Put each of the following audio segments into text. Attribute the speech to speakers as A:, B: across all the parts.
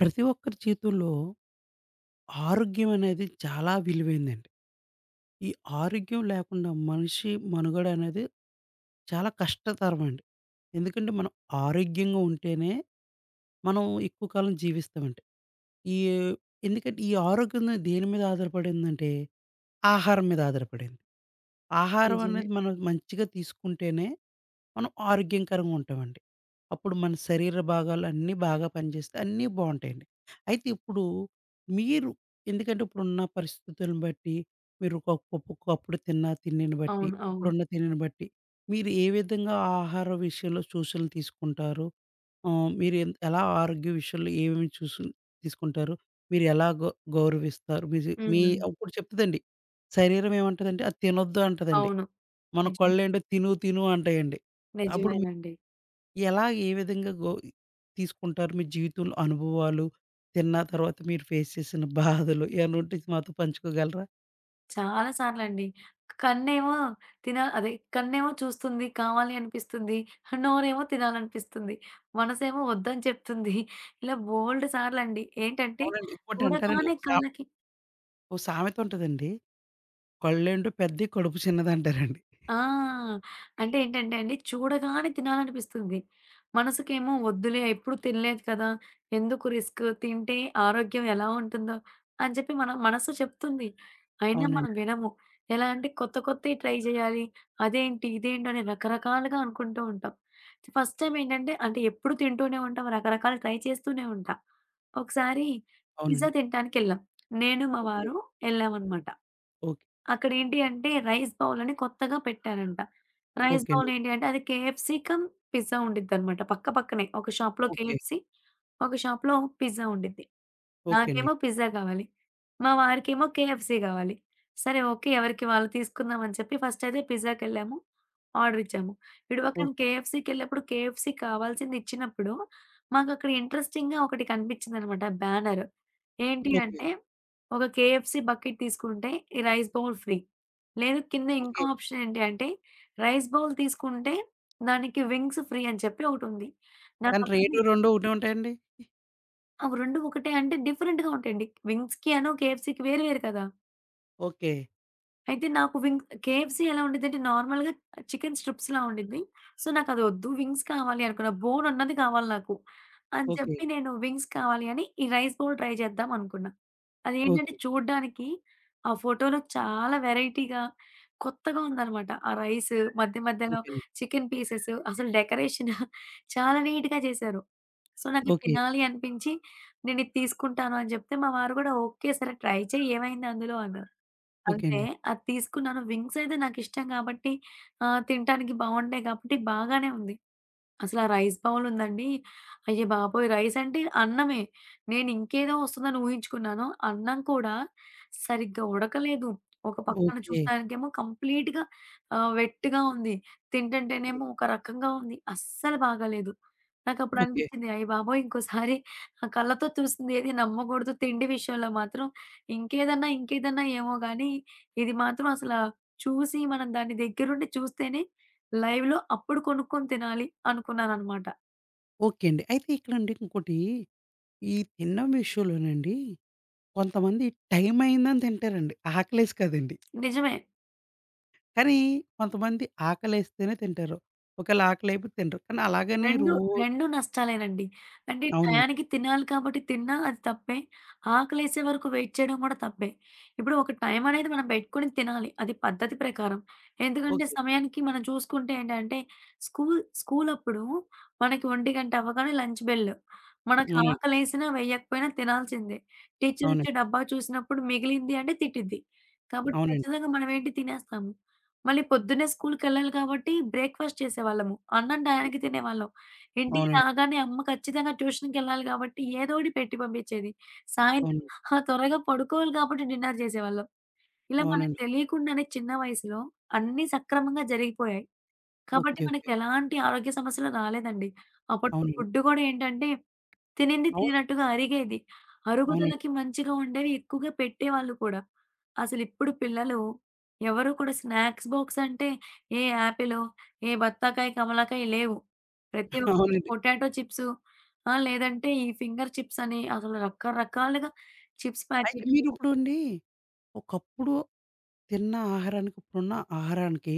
A: ప్రతి ఒక్కరి జీవితంలో ఆరోగ్యం అనేది చాలా విలువైందండి. ఈ ఆరోగ్యం లేకుండా మనిషి మనుగడ అనేది చాలా కష్టతరమండి. ఎందుకంటే మనం ఆరోగ్యంగా ఉంటేనే మనం ఎక్కువ కాలం జీవిస్తామండి. ఈ ఎందుకంటే ఈ ఆరోగ్యం దేని మీద ఆధారపడిందంటే ఆహారం మీద ఆధారపడింది. ఆహారం
B: నిజమే.
A: అనేది మనం మంచిగా తీసుకుంటేనే, మనం ఆరోగ్యకరంగా ఉంటామండి. అప్పుడు మన శరీర భాగాలు అన్నీ బాగా పనిచేస్తే అన్నీ బావుంటాయండి. అయితే ఇప్పుడు మీరు ఎందుకంటే ఇప్పుడున్న పరిస్థితులను బట్టి, మీరు ఒక ఒకప్పుడు ఒకప్పుడు తిన్న తిండిని బట్టి,
B: అవును. అవును.
A: ఇప్పుడున్న తిండిని బట్టి, మీరు ఏ విధంగా ఆహార విషయంలో సూచనలు తీసుకుంటారు? మీరు ఎలా ఆరోగ్య విషయంలో ఏమేమి చూసులు తీసుకుంటారు? మీరు ఎలా గౌరవిస్తారు? మీజి మీ
B: హ్మ్.
A: అప్పుడు చెప్తదండి. శరీరం ఏమంటదంటే అది తినొద్దు అంటదండి.
B: అవును.
A: మన
B: నిజమే.
A: కళ్ళేంటో తిను తిను అంటాయండి. అప్పుడు మీరు
B: నిజమేనండి.
A: ఏ విధంగా తీసుకుంటారు మీ జీవితంలో అనుభవాలు? తిన్న తర్వాత మీరు ఫేస్ చేసిన బాధలు ఏమన్నా ఉంటే మాతో పంచుకోగలరా?
B: చాలా సార్లండి. కన్నేమో తిన అదే కన్నేమో చూస్తుంది, కావాలి అనిపిస్తుంది. నోరేమో తినాలనిపిస్తుంది. మనసేమో వద్దని చెప్తుంది. ఇలా బోలెడు సార్లండి. ఏంటంటే
A: అవునండి. ఇంకోటంటారండి
B: చూడగానే
A: ఒక సా
B: కళ్ళకి
A: ఓ సామెత ఉంటదండి. కళ్ళేంటో పెద్దయి కడుపు చిన్నదంటారండి.
B: ఆ! అంటే ఏంటంటే అండి, చూడగానే తినాలనిపిస్తుంది. మనసుకేమో వద్దులే ఎప్పుడు తినలేదు కదా! ఎందుకు రిస్క్ తింటే ఆరోగ్యం ఎలా ఉంటుందో అని చెప్పి మన మనసు చెప్తుంది. అయినా మనం
A: అవునండి.
B: వినము. ఎలా అంటే కొత్త కొత్తయి ట్రై చేయాలి. అదేంటి, ఇదేంటి అని రకరకాలుగా అనుకుంటూ ఉంటాం. ఫస్ట్ టైమ్ ఏంటంటే అంటే ఎప్పుడు తింటూనే ఉంటాం. రకరకాలు ట్రై చేస్తూనే ఉంటా. ఒకసారి పిజ్జా
A: అవునండి.
B: తినటానికెళ్ళాం. నేను, మా
A: ఓకే.
B: వారు ఎళ్ళామనమాట.
A: ఓకే.
B: అక్కడేంటి అంటే రైస్ బౌల్ అని కొత్తగా పెట్టారంట. రైస్
A: ఓకే
B: బౌల్
A: అండి.
B: ఏంటి అంటే అది కేఎఫ్‌సీ కమ్ పిజ్జా ఉండిద్దనమాట. పక్క పక్కనే ఒక షాప్‌లో
A: ఓకే.
B: కేఎఫ్‌సీ, ఒక షాప్‌లో పిజ్జా ఉండిద్ది.
A: ఓకే అండి.
B: నాకేమో పిజ్జా కావాలి. మా వారికేమో కేఎఫ్‌సీ కావాలి. సరే, ఓకే. ఎవరికి వాళ్ళు తీసుకుందాం అని చెప్పి ఫస్ట్ అయితే పిజ్జాకెళ్ళాము. ఆర్డర్ ఇచ్చాము. ఇటు పక్కన
A: ఓకే.
B: కేఎఫ్‌సీకెళ్ళినప్పుడు కేఎఫ్‌సీ కావాల్సింది ఇచ్చినప్పుడు మాకక్కడ ఇంట్రెస్టింగ్‌గా ఒకటి కనిపించిందనమాట బ్యానర్. ఏంటి
A: ఓకే.
B: అంటే ఒక కేఎఫ్‌సీ బకెట్ తీసుకుంటే ఈ రైస్ బౌల్ ఫ్రీ. లేదు, కింద ఇంకో
A: ఓకే.
B: ఆప్షన్ ఏంటి అంటే రైస్ బౌల్ తీసుకుంటే దానికి వింగ్స్ ఫ్రీ అని చెప్పి ఒకటుంది.
A: కానీ
B: నాకప్పటికి
A: 2, 2 ఒకటే ఉంటాయండి?
B: అవి 2 ఒకటే అంటే డిఫరెంట్‌గా ఉంటాయండి. వింగ్స్‌కి అను, కేఎఫ్‌సీకి వేరు వేరు కదా!
A: ఓకే.
B: అయితే నాకు కేఎఫ్‌సీ ఎలా ఉండిద్దంటే నార్మల్‌గా చికెన్ స్ట్రిప్స్‌లా ఉండిద్ది. సో, నాకదొద్దు, వింగ్స్ కావాలి అనుకున్న. బోన్ ఉన్నది కావాలి నాకు. అని
A: ఓకే.
B: చెప్పి నేను వింగ్స్ కావాలి అని ఈ రైస్ బౌల్ ట్రై చేద్దాం అనుకున్నా. అదేంటంటే
A: ఓకే.
B: చూడ్డానికి ఆ ఫోటోలో చాలా వెరైటీగా, కొత్తగా ఉందనమాట. ఆ రైస్ మధ్య మధ్యలో
A: ఓకే అండి.
B: చికెన్ పీసెస్ అసలు డెకరేషన్ చాలా నీట్‌గా చేశారు. సో, నాకు
A: ఓకే.
B: తినాలి అనిపించి నేనిది తీసుకుంటాను అని చెప్తే మా వారు కూడా ఓకే, సరే ట్రై చెయి, ఏమైంది అందులో అన్నారు.
A: ఓకే
B: అంతే.
A: అండి.
B: అది తీసుకున్నాను. వింగ్స్ అయితే నాకిష్టం గాబట్టి తినటానికి బావుంటాయి గాబట్టి బాగానే ఉంది. అసలా రైస్ బౌలుందండి, అయ్యబాబోయ్! రైస్ అంటే అన్నమే. నేనింకేదో వస్తుందని ఊహించుకున్నాను. అన్నం కూడా సరిగ్గా ఉడకలేదు. ఒక పక్కన
A: ఓకే.
B: చూస్తానికేమో కంప్లీట్‌గా వెట్టుగా ఉంది.
A: ఓకే.
B: తింటంటేనేమో ఒక రకంగా ఉంది. అస్సలు బాగాలేదు. నాకప్పుడు
A: ఓకే.
B: అనిపిచ్చింది అయ్యబాబోయ్! ఇంకోసారి ఆ కళ్ళతో చూసింది ఏది నమ్మకూడదు. తిండి విషయంలో మాత్రం ఇంకేదన్నా ఏమో గానీ, ఇది మాత్రం అసల చూసి మనం దాన్ని దగ్గరుండి చూస్తేనే లైవ్‌లో అప్పుడు కొనుక్కొని తినాలి అనుకున్నాననమాట.
A: ఓకే అండి. అయితే ఇక్కడండి ఇంకోటి, ఈ తినడం విషయంలోనండి కొంతమంది టైం అయిందని తింటారండి. ఆకలేసి కాదండి.
B: నిజమే.
A: కానీ కొంతమంది ఆకలేస్తేనే తింటారు. ఒకవేళ ఆకలేయకపోతే తినరు. కానీ అలాగని
B: రెండు,
A: రోజు
B: రెండు నష్టాలేనండి. అంటే
A: అవునండి.
B: టయానికి తినాలి కాబట్టి తిన్నా అది తప్పే. ఆకలేసే వరకు వెయిట్ చేయడం కూడా తప్పే. ఇప్పుడు ఒక టైం అనేది మనం పెట్టుకొని తినాలి. అది పద్ధతి ప్రకారం. ఎందుకంటే
A: ఓకే.
B: సమయానికి మనం చూసుకుంటే ఏంటంటే స్కూల్ స్కూలప్పుడు మనకి 1:00 అవ్వగానే లంచ్ బెల్. మనకి
A: అవునండి.
B: ఆకలేసినా వేయకపోయినా తినాల్సిందే. టీచర్ వచ్చి
A: అవునండి.
B: డబ్బా చూసినప్పుడు మిగిలింది అంటే తిట్టిద్ది. కాబట్టి
A: అవునండి.
B: ఖచ్చితంగా మనం ఏంటి తినేస్తాము. మళ్ళీ పొద్దున్నే స్కూల్‌కెళ్ళాలి కాబట్టి బ్రేక్‌ఫాస్ట్ చేసేవాళ్ళము. అన్నం టయానికి తినేవాళ్ళం. ఇంటికి
A: అవునండి.
B: రాగానే అమ్మ ఖచ్చితంగా ట్యూషన్‌కెళ్ళాలి గాబట్టి ఏదో ఒకటి పెట్టి పంపించేది. సాయంత్రం
A: అవును.
B: ఆ! త్వరగా పడుకోవాలి కాబట్టి డిన్నర్ చేసేవాళ్ళం. ఇలా మనకు
A: అవునండి.
B: తెలియకుండానే చిన్న వయసులో అన్నీ సక్రమంగా జరిగిపోయాయి. కాబట్టి
A: ఓకే.
B: మనకి
A: ఓకే.
B: ఎలాంటి ఆరోగ్య సమస్యలు రాలేదండి. అప్పట్లో
A: అవునండి.
B: ఫుడ్ గూడా ఏంటంటే తినింది
A: అవును.
B: తిననట్టుగా అరిగేది.
A: అవునండి.
B: అరుగుదలకి మంచిగా ఉండేవి ఎక్కువగా పెట్టేవాళ్ళు కూడా. అసలిప్పుడు పిల్లలు ఎవరు కూడా స్నాక్స్ బాక్స్ అంటే ఏ యాపిలో, ఏ బత్తాకాయ, కమలాకాయ లేవు. ప్రతి ఒక్కరికి
A: అవునండి.
B: పొటాటో చిప్సు, ఆ! లేదంటే ఈ ఫింగర్ చిప్స్ అని అసలు రకరకాలుగా చిప్స్
A: అయితే
B: ప్యాకెట్లు
A: మీరిప్పుడండి ఒకప్పుడు తిన్న ఆహారానికి, ఇప్పుడున్న ఆహారానికి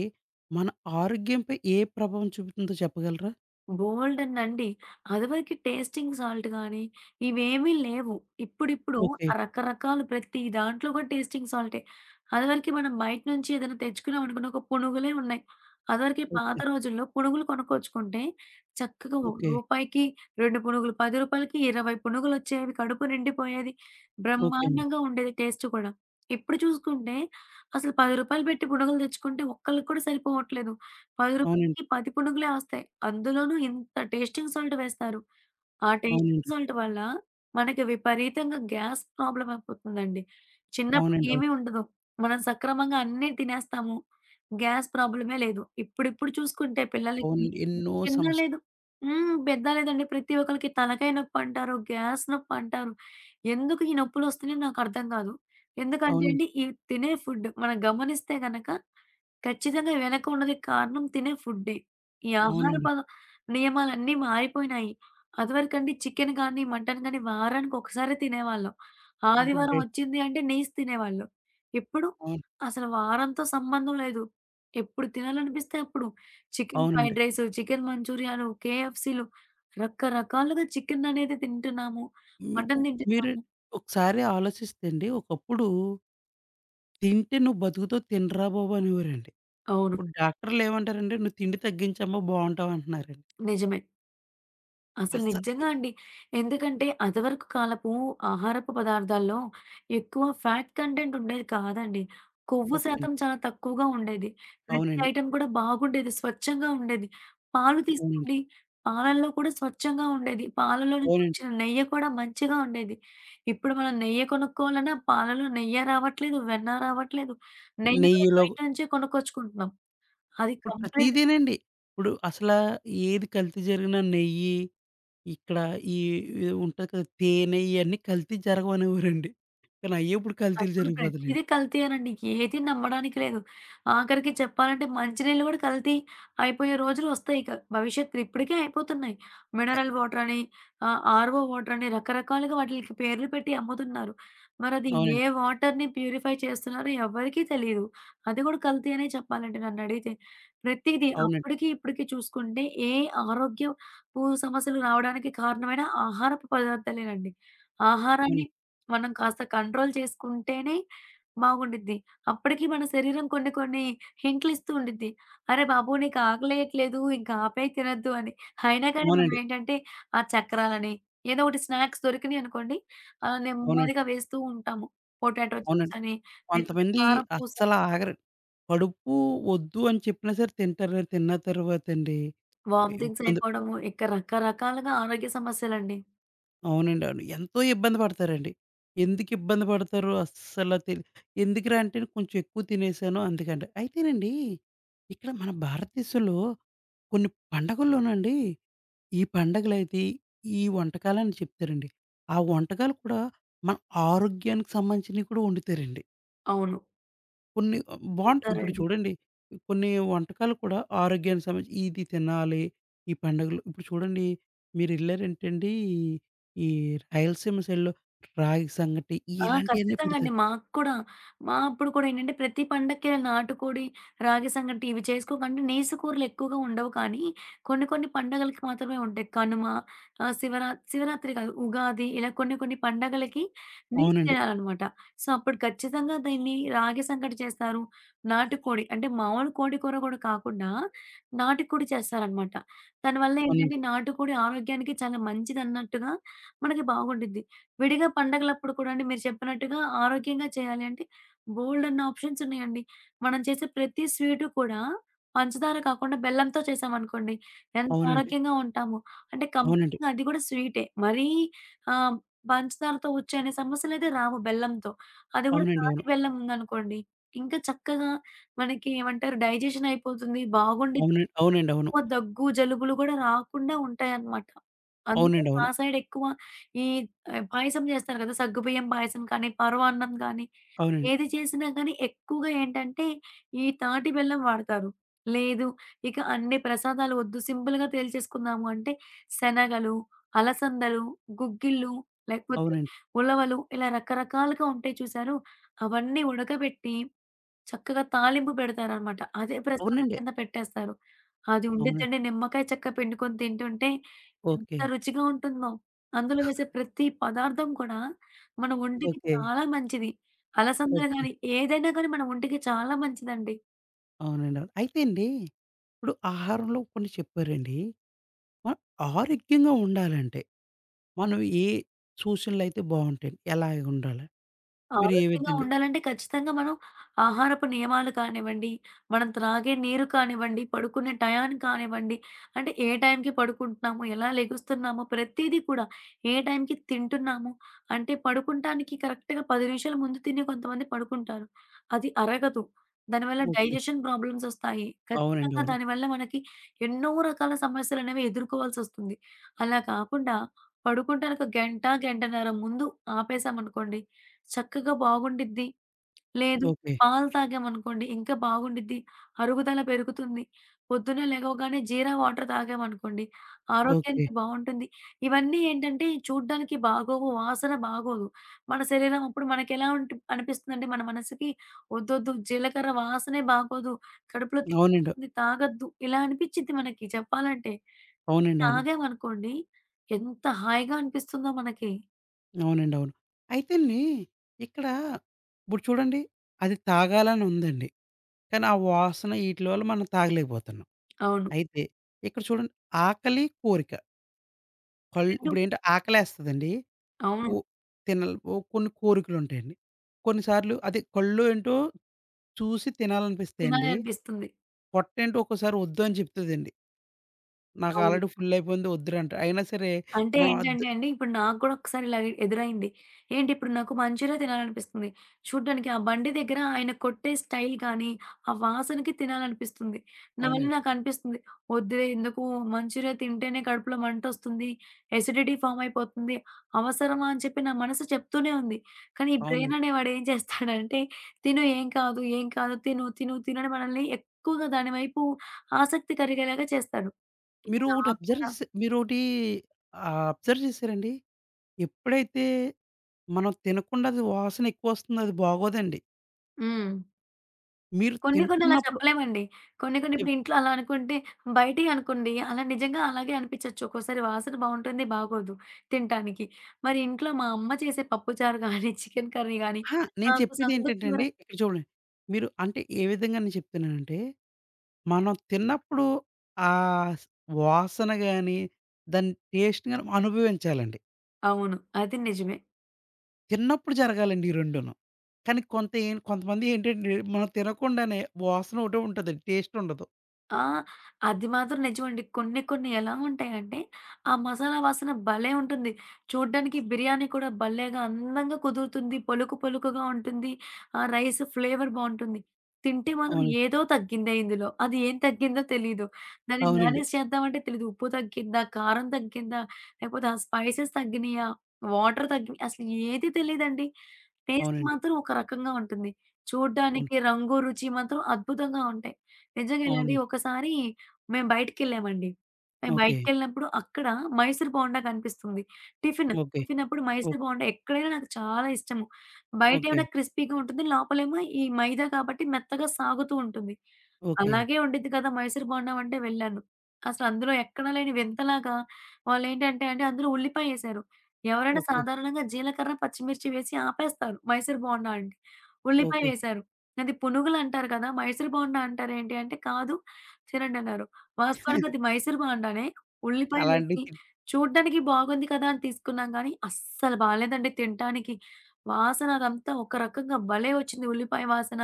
A: మన ఆరోగ్యంపై ఏ ప్రభావం చూపుతుందో చెప్పగలరా?
B: బోలెడన్నండి. అదివరకి టేస్టింగ్ సాల్ట్ గానీ, ఇవేమీ లేవు. ఇప్పుడిప్పుడు
A: ఓకే.
B: ఆ రకరకాలు ప్రతి దాంట్లో కూడా టేస్టింగ్ సాల్టే. అదివరకి మనం బయట నుంచి ఏదైనా తెచ్చుకున్నామనుకోండి, ఒక పునుగులే ఉన్నాయి. అదివరకి పాత
A: ఓకే.
B: రోజుల్లో పునుగులు కొనుక్కొచ్చుకుంటే, చక్కగా ఓ
A: ఓకే.
B: రూపాయికి 2 పునుగులు, రూ. 10కి 20 పునుగులొచ్చేవి. కడుపు నిండిపోయేది.
A: ఓకే అండి.
B: బ్రహ్మాండంగా ఉండేది టేస్ట్ కూడా. ఇప్పుడు చూసుకుంటే, అసలు రూ. 10 పెట్టి పునుగులు తెచ్చుకుంటే, ఒక్కళ్ళకి కూడా సరిపోవట్లేదు. రూ.
A: అవునండి.
B: 10కి 10 పునుగులే వస్తాయి. అందులోనూ ఇంత టేస్టింగ్ సాల్ట్ వేస్తారు. ఆ టేస్టింగ్
A: అవునండి.
B: సాల్ట్ వల్ల మనకి విపరీతంగా గ్యాస్ ప్రాబ్లమ్ అయిపోతుందండి. చిన్నప్పుడు
A: అవునండి. అవును.
B: ఏమీ ఉండదు. మనం సక్రమంగా అన్నీ తినేస్తాము. గ్యాస్ ప్రాబ్లమే లేదు. ఇప్పుడిప్పుడు చూసుకుంటే పిల్లలకి
A: అవునండి. ఎన్నో
B: చిన్న
A: సమస్యలు.
B: లేదు, హ్మ్, పెద్ద లేదండి. ప్రతి ఒక్కళ్ళకి తలకాయ నొప్పంటారు, గ్యాస్ నొప్పంటారు. ఎందుకు ఈ నొప్పులొస్తున్నాయో నాకర్థం కాదు. ఎందుకంటే
A: అవునండి.
B: అండి, ఈ తినే ఫుడ్ మనం గమనిస్తే గనక ఖచ్చితంగా వెనక ఉన్నది కారణం తినే ఫుడ్డే. ఈ ఆహార
A: అవునండి.
B: నియమాలన్నీ మారిపోయినాయి. అదివరకండి చికెన్ గానీ, మటన్ గానీ వారానికి ఒకసారే తినేవాళ్ళం.
A: ఇప్పుడు
B: ఆదివారం
A: డై
B: వచ్చింది అంటే నీస్ తినేవాళ్ళు. ఇప్పుడు
A: అవును.
B: అసలు వారంతో సంబంధం లేదు. ఎప్పుడు తినాలనిపిస్తే అప్పుడు. చికెన్
A: అవునండి.
B: ఫ్రైడ్ రైసు, చికెన్ మంచూరియాలు, కేఎఫ్‌సీలు రకరకాలుగా చికెన్ అనేది తింటున్నాము.
A: మీ
B: మటన్
A: మీరు
B: తింటున్నాము.
A: ఒకసారి ఆలోచిస్తే అండి, ఒకప్పుడు తింటే నువ్వు బతుకుతావు తినరా బాబు అనేవారండి.
B: అవును.
A: ఇప్పుడు డాక్టర్లు ఏమంటారంటే, నువ్వు తిండి తగ్గించమ్మా బావుంటావు అంటున్నారండి.
B: నిజమే. అసలు
A: అస్సలు
B: నిజంగా అండి. ఎందుకంటే, అంతవరకు కాలపు ఆహారపు పదార్థాల్లో ఎక్కువ ఫ్యాట్ కంటెంట్ ఉండేది కాదండి. కొవ్వు
A: ఓకే అండి.
B: శాతం చాలా తక్కువగా ఉండేది. ప్రతి
A: అవునండి.
B: ఐటెమ్ కూడా బాగుండేది. స్వచ్ఛంగా ఉండేది. పాలు
A: అవునండి.
B: తీసుకోండి. పాలల్లో కూడా స్వచ్ఛంగా ఉండేది. పాలలో నుంచి
A: అవునండి.
B: వచ్చిన నెయ్యి కూడా మంచిగా ఉండేది. ఇప్పుడు మనం నెయ్యి కొనుక్కోవాలన్నా పాలలో నెయ్యే రావట్లేదు, వెన్న రావట్లేదు. నెయ్యి కూడా
A: నెయ్యిలో
B: బయట నుంచే కొనుక్కొచ్చుకుంటున్నాం. అది
A: ఇప్పుడు
B: కంప్లీట్‌గా
A: ప్రతీదీనండి. ఇప్పుడు అసలా ఏది కల్తీ జరిగినా నెయ్యి, ఇక్కడ ఈ ఈ ఉంటది కదా! తేనె ఇయన్నీ కల్తీ జరగవనేవారండి. కానీ అయ్యే ఇప్పుడు కల్తీలు
B: అప్పుడు ప్రతీదీ
A: జరిగిపోతున్నాయండి.
B: కల్తీయేనండి. ఏది నమ్మడానికి లేదు. ఆఖరికి చెప్పాలంటే మంచినీళ్ళు గూడా కల్తీ అయిపోయే రోజులొస్తాయిక. భవిష్యత్తులో ఇప్పటికే అయిపోతున్నాయి.
A: అయ్
B: మినరల్ వాటరని, ఆర్‌ఓ వాటరని రకరకాలుగా వాటిలికి పేర్లు పెట్టి అమ్ముతున్నారు. మరది ఏ
A: అవునండి.
B: వాటర్‌ని ప్యూరిఫై చేస్తున్నారో ఎవ్వరికీ తెలీదు. అది గూడా కల్తీ అనే చెప్పాలండి నన్నడిగితే. ప్రతీదీ
A: అవునండి.
B: అప్పటికి, ఇప్పటికి చూసుకుంటే ఏ ఆరోగ్యపు సమస్యలు రావడానికి కారణమైన ఆహారపు పదార్థాలేనండి. ఆహారాన్ని
A: అవును.
B: మనం కాస్త కంట్రోల్ చేసుకుంటేనే బాగుండిద్ది. అప్పటికి మన శరీరం కొన్ని కొన్ని హింట్లు ఇస్తూ ఉండిద్ది. "అరే బాబు! నీకు ఆకలేయట్లేదు, ఇంక ఆపేయి, తినొద్దు" అని. అయినా కానీ మనం
A: అవునండి.
B: ఏంటంటే ఆ చక్రాలని ఏదో ఒకటి స్నాక్స్ దొరికినాయి అనుకోండి అలా
A: అవునండి.
B: నెమ్మదిగా వేస్తూ ఉంటాము. పొటాటో చిప్స్
A: అవునండి.
B: అని లేకపోతే
A: కొంతమంది
B: కారపూస,
A: అస్సల ఆగరండి. కడుపు వద్దు అని చెప్పినా సరే తింటారు. తిన్న తర్వాతండి
B: వామిటింగ్స్
A: ఇబ్బంది
B: అయిపోవడము ఇక రకరకాలుగా ఆరోగ్య సమస్యలండి.
A: అవునండి. అవును. ఎంతో ఇబ్బంది పడతారండి. ఎందుకు ఇబ్బంది పడతారో అస్సల తెలి ఎందుకురా అంటే కొంచెం ఎక్కువ తినేసాను అందుకండి. అయితేనండి ఇక్కడ మన భారతదేశంలో కొన్ని పండగల్లోనండి ఈ పండగలైతే ఈ వంటకాలని చెప్తారండి. ఆ వంటకాలు కూడా మన ఆరోగ్యానికి సంబంధించినవి కూడా వండుతారండి.
B: అవును.
A: కొన్ని బావుంటాయి. ఇప్పుడు
B: ఉంటారండి.
A: చూడండి కొన్ని వంటకాలు కూడా ఆరోగ్యానికి సంబంధించి ఇది తినాలి. ఈ పండుగలు ఇప్పుడు చూడండి మీరెళ్లారంటేండి ఈ రాయలసీమ సైడ్‌లో రాగి సంగటి
B: ఆ!
A: ఇలాంటియన్నీ
B: ఖచ్చితంగా అండి.
A: పెడతారు.
B: మాకు కూడా, మా అప్పుడు కూడా ఏంటంటే ప్రతి పండక్కి నాటుకోడి, రాగి సంగటి ఇవి చేసుకోకంటే నీసు కూరలు ఎక్కువగా ఉండవు కానీ, కొన్ని కొన్ని పండగలకి మాత్రమే ఉంటాయి. కనుమ, ఆహ్, శివరా శివరాత్రి కాదు, ఉగాది, ఇలా కొన్ని కొన్ని పండగలకి నీసు
A: అవునండి.
B: తినాలనమాట. సో, అప్పుడు ఖచ్చితంగా దీన్ని రాగి సంగటి చేస్తారు. నాటుకోడి అంటే మామూలు కోడి కూర కూడా కాకుండా నాటుకోడి చేస్తారనమాట. దానివల్ల ఏంటంటే
A: అవునండి.
B: నాటుకోడి ఆరోగ్యానికి చాలా మంచిదన్నట్టుగా మనకి బాగుండిద్ది. విడిగా పండగలప్పుడు కూడా అండి మీరు చెప్పినట్టుగా ఆరోగ్యంగా చేయాలి అంటే బోలెడన్ని ఆప్షన్స్ ఉన్నాయండి. మనం చేసే ప్రతి స్వీటు కూడా పంచదార కాకుండా బెల్లంతో చేసామనుకోండి ఎంత
A: అవునండి.
B: ఆరోగ్యంగా ఉంటామో. అంటే
A: అవునండి.
B: కంప్లీట్‌గా అది కూడా స్వీటే. మరీ ఆహ్, పంచదారతో వచ్చే అనే సమస్యలైతే రావు బెల్లంతో. అది కూడా
A: అవునండి.
B: తాటి
A: అవును.
B: బెల్లం ఉందనుకోండి. ఇంకా చక్కగా మనకి ఏమంటారు డైజెషన్ అయిపోతుంది. బాగుండిద్ది.
A: అవునండి. అవునండి. అవును.
B: ఎక్కువ దగ్గు, జలుబులు గూడా రాకుండా ఉంటాయన్నమాట. అందుకని
A: అవునండి.
B: మా
A: అవును.
B: సైడ్ ఎక్కువ ఈ పాయసం జేస్తారు గదా! సగ్గుబియ్యం పాయసం కానీ, పరవ అన్నం కానీ,
A: అవునండి.
B: ఏది చేసినా కానీ ఎక్కువగా ఏంటంటే ఈ తాటి బెల్లం వాడతారు. లేదు, ఇక అన్ని ప్రసాదాలు వద్దు, సింపుల్‌గా తేల్చేసుకుందాము అంటే శనగలు, అలసందలు, గుగ్గిళ్ళు లేకపోతే
A: అవునండి.
B: ఉలవలు, ఇలా రకరకాలుగా ఉంటాయి చూసారు? అవన్నీ ఉడకబెట్టి చక్కగా తాలింపు పెడతారనమాట. అదే ప్రసాదం
A: అవునండి.
B: కింద పెట్టేస్తారు. అది
A: అవునండి.
B: ఉండిద్దండి నిమ్మకాయ చెక్క పిండుకొని తింటుంటే ఎంత
A: ఓకే.
B: రుచిగా ఉంటుందో. అందులో వేసే ప్రతి పదార్థం కూడా మన ఒంటికి
A: ఓకే.
B: చాలా మంచిది. అలసందలు
A: ఓకే.
B: గాని, ఏదైనా గాని మన ఒంటికి చాలా మంచిదండి.
A: అవునండి. అవును. అయితే అండి ఇప్పుడు ఆహారంలో కొన్ని చెప్పారండి. మనం ఆరోగ్యంగా ఉండాలంటే మనం ఏ సూచనలయితే బావుంటాయి? ఎలాగుండాలి? మీరు ఏ
B: ఆరోగ్యంగా
A: విధంగా
B: ఉండాలంటే ఖచ్చితంగా మనం ఆహారపు నియమాలు కానివ్వండి, మనం త్రాగే నీరు కానివ్వండి, పడుకునే టయాన్ని కానివ్వండి, అంటే ఏ టైంకి పడుకుంటున్నాము, ఎలా లెగుస్తున్నాము, ప్రతీదీ కూడా ఏ టైంకి తింటున్నాము, అంటే పడుకుంటానికి కరెక్ట్‌గా 10 నిమిషాల ముందు తిని కొంతమంది పడుకుంటారు. అది అరగదు. దానివల్ల
A: ఓకే.
B: డైజెషన్ ప్రాబ్లమ్స్ ఒస్తాయి.
A: అవునండి.
B: ఖచ్చితంగా
A: అవును.
B: దానివల్ల మనకి ఎన్నో రకాల సమస్యలనేవి ఎదుర్కోవాల్సొస్తుంది. అలా కాకుండా పడుకుంటానికి ఒక గంట, గంటన్నర ముందు ఆపేసామనుకోండి చక్కగా బాగుండిద్ది. లేదు
A: ఓకే.
B: పాలు తాగామనుకోండి ఇంకా బాగుండిద్ది. అరుగుదల పెరుగుతుంది. పొద్దున్నే లెగవగానే జీరా వాటర్ తాగామనుకోండి
A: ఓకే.
B: ఆరోగ్యానికి బావుంటుంది. ఇవన్నీ ఏంటంటే చూడ్డానికి బాగోవు, వాసన బాగోదు. మన శరీరం అప్పుడు మనకెలా ఉంటు అనిపిస్తుందంటే మన మనసుకి వద్దొద్దు జీలకర్ర వాసనే బాగోదు. కడుపులో
A: అవునండి.
B: తిప్పేస్తుంది, తాగొద్దు. ఇలా అనిపిచ్చిద్ది మనకి చెప్పాలంటే. కానీ
A: అవునండి. అవును.
B: తాగామనుకోండి ఎంత హాయిగా అనిపిస్తుందో మనకి.
A: అవునండి. అవును. అయితేండి ఇక్కడ ఇప్పుడు చూడండి అది తాగాలని ఉందండి. కానీ ఆ వాసన ఈటిల వల్ల మనం తాగలేకపోతున్నాం.
B: అవును.
A: అయితే ఇక్కడ చూడండి ఆకలి, కోరిక. కళ్ళు
B: 2
A: ఇప్పుడేంటి ఆకలేస్తదండి.
B: అవును.
A: కో తినాలి ఓ కొన్ని కోరికలుంటాయండి. కొన్ని సార్లు అదే కళ్ళు ఏంటో చూసి
B: తినాలి
A: తినాలనిపిస్తాయండి.
B: అనిపిస్తుంది.
A: పొట్టేంటి ఒక్కోసారి వద్దు అని చెప్తదండి. నాకు
B: అవును.
A: ఆల్రెడీ ఫుల్ అయిపోయింది వద్దురంట. అయినా సరే
B: అంటే
A: మనం అద్
B: ఏంటంటే అండి, ఇప్పుడు నాకు కూడా ఒకసారి ఇలా ఎదురైంది. ఏంటి, ఇప్పుడు నాకు మంచూరియా తినాలనిపిస్తుంది. చూడ్డానికి ఆ బండి దగ్గర ఆయన కొట్టే స్టైల్ కానీ, ఆ వాసనకి తినాలనిపిస్తుంది. నా వల్ల
A: అవునండి.
B: నాకనిపిస్తుంది, వద్దులే ఎందుకు, మంచూరియా తింటేనే కడుపులో మంటొస్తుంది. ఎసిడిటీ ఫార్మ్ అయిపోతుంది. అవసరమా అని చెప్పి నా మనసు చెప్తూనే ఉంది. కానీ ఈ బ్రెయిన్
A: అవునండి.
B: అనేవాడు ఏం చేస్తాడంటే, తిను, ఏం కాదు, ఏం కాదు, తిను, తిను, తిను అని మనల్ని ఎక్కువగా దాని వైపు ఆసక్తి కలిగేలాగా చేస్తాడు. ఇక
A: మీరు ఒకటి
B: నాకు
A: అబ్జర్వ్
B: కూడా
A: చేసా మీరోటి అబ్జర్వ్ చేశారండి? ఎప్పుడైతే మనం తినకుండా అది వాసన ఎక్కువొస్తుందో అది బాగోదండి.
B: హ్మ్.
A: మీరు
B: కొన్ని కొన్ని అలా
A: తింటున్నప్పుడు
B: చెప్పలేమండి. కొన్ని కొన్ని
A: చెప్
B: ఇప్పుడు ఇంట్లో అలా అనుకుంటే బయటియి అనుకోండి అలా నిజంగా అలాగే అనిపించొచ్చు. ఒక్కోసారి వాసన బావుంటుంది, బాగోదు తినటానికి. మరి ఇంట్లో మా అమ్మ చేసే పప్పుచారు గాని, చికెన్ కర్రీ గాని
A: అహా! నేను
B: నాకు సందు
A: చెప్పేదేంటంటే
B: చివర
A: అండి ఇక్కడ చూడండి. మీరు అంటే ఏ విధంగా నేను చెప్తున్నానంటే, మనం తిన్నప్పుడు ఆ స్ వాసన గాని, దాని టేస్ట్ గాని అనుభవించాలండి.
B: అవును. అది నిజమే.
A: తిన్నప్పుడు జరగాలండి ఈ రెండును. కానీ కొంతమంది ఏంటంటే మనం తినకుండానే వాసన ఒకటే ఉంటదండి. టేస్ట్ ఉండదు.
B: ఆ! అది మాత్రం నిజమండి. కొన్ని కొన్ని ఎలా ఉంటాయంటే, ఆ మసాలా వాసన భలే ఉంటుంది. చూడ్డానికి బిర్యానీ కూడా భలేగా అందంగా కుదురుతుంది. పలుకు పలుకుగా ఉంటుంది. ఆ రైస్ ఫ్లేవర్ బావుంటుంది. తింటే మాత్రం
A: అవును.
B: ఏదో తగ్గిందే ఇందులో. అది ఏం తగ్గిందో తెలీదు. దాన్ని
A: అవునండి.
B: మేనేజ్ చేద్దామంటే తెలీదు. ఉప్పు తగ్గిందా? కారం తగ్గిందా? లేకపోతే ఆ స్పైసెస్ తగ్గినియా? వాటర్ తగ్గి అసలు ఏది తెలీదండి. టేస్ట్
A: అవునండి.
B: మాత్రం ఒక రకంగా ఉంటుంది.
A: అవును.
B: చూడ్డానికి రంగు, రుచి మాత్రం అద్భుతంగా ఉంటాయి. నిజంగా ఇలాంటి
A: అవును.
B: ఒకసారి మేము బయటికెళ్ళామండి. మేము
A: ఓకే.
B: బయటికెళ్ళినప్పుడు అక్కడ మైసూర్ బోండా కనిపిస్తుంది. Tiffin,
A: okay.
B: టిఫిన్ అప్పుడు
A: ఓ
B: మైసూర్ బోండా ఎక్కడైనా నాకు చాలా ఇష్టము.
A: ఓకే.
B: బయటేమైనా క్రిస్పీగా ఉంటుంది. లోపలేమో ఈ మైదా కాబట్టి మెత్తగా సాగుతూ ఉంటుంది.
A: ఓకే.
B: అలాగే ఉండిద్ది కదా! మైసూర్ బోండా అంటే వెళ్ళాను. అసలు అందులో ఎక్కడా లేని వింతలాగా వాళ్ళేంటంటే అండి అందులో ఉల్లిపాయేశారు. ఎవరైనా
A: ఓకే.
B: సాధారణంగా జీలకర్ర, పచ్చిమిర్చి వేసి ఆపేస్తారు మైసూర్ బోండా అంటే. ఉల్లిపాయ
A: ఓకే.
B: వేశారు. అది పునుగులంటారు కదా! మైసూర్ బోండా అంటారేంటి అంటే, కాదు తినండన్నారు. వాస్తవానికి అది మైసూర్ బోండానే.
A: అలాంటివి
B: ఉల్లిపాయలేసి
A: తిన్
B: చూడ్డానికి బాగుంది కదా! అని తీసుకున్నాం గానీ, అస్సలు బాలేదండి తినటానికి. వాసన అదంతా ఒక రకంగా భలే వచ్చింది ఉల్లిపాయ వాసన.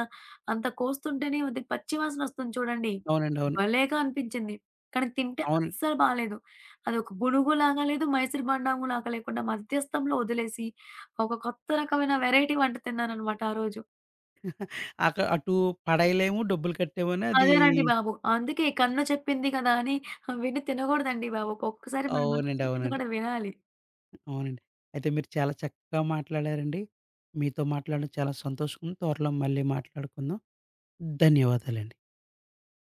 B: అంత కోస్తుంటేనే అది పచ్చి వాసనొస్తుంది చూడండి.
A: అవునండి. అవును.
B: భలేగా అనిపించింది. కానీ తింటే
A: అవును.
B: అస్సలు బాలేదు. అదొక గునుగులాగా లేదు, మైసూర్ బోండాములాగా లేకుండా మధ్యస్థంలో వదిలేసి, ఒక కొత్త రకమైన వెరైటీ వంట తిన్నాననమాట ఆ రోజు.
A: అటు పడేయలేము, డబ్బులు కట్టేమని అది
B: అదేనండి బాబు. అందుకే కన్ను చెప్పింది కదా అని విని తినగూడదండి బాబు. ఒక్కొక్కసారి మన మనసు
A: అవునండి.
B: చెప్పింది
A: అవునండి.
B: కూడా వినాలి.
A: అవునండి. అయితే మీరు చాలా చక్కగా మాట్లాడారండి. మీతో మాట్లాడడం చాలా సంతోషం. త్వరలో మళ్ళీ మాట్లాడుకుందాం. ధన్యవాదాలండి.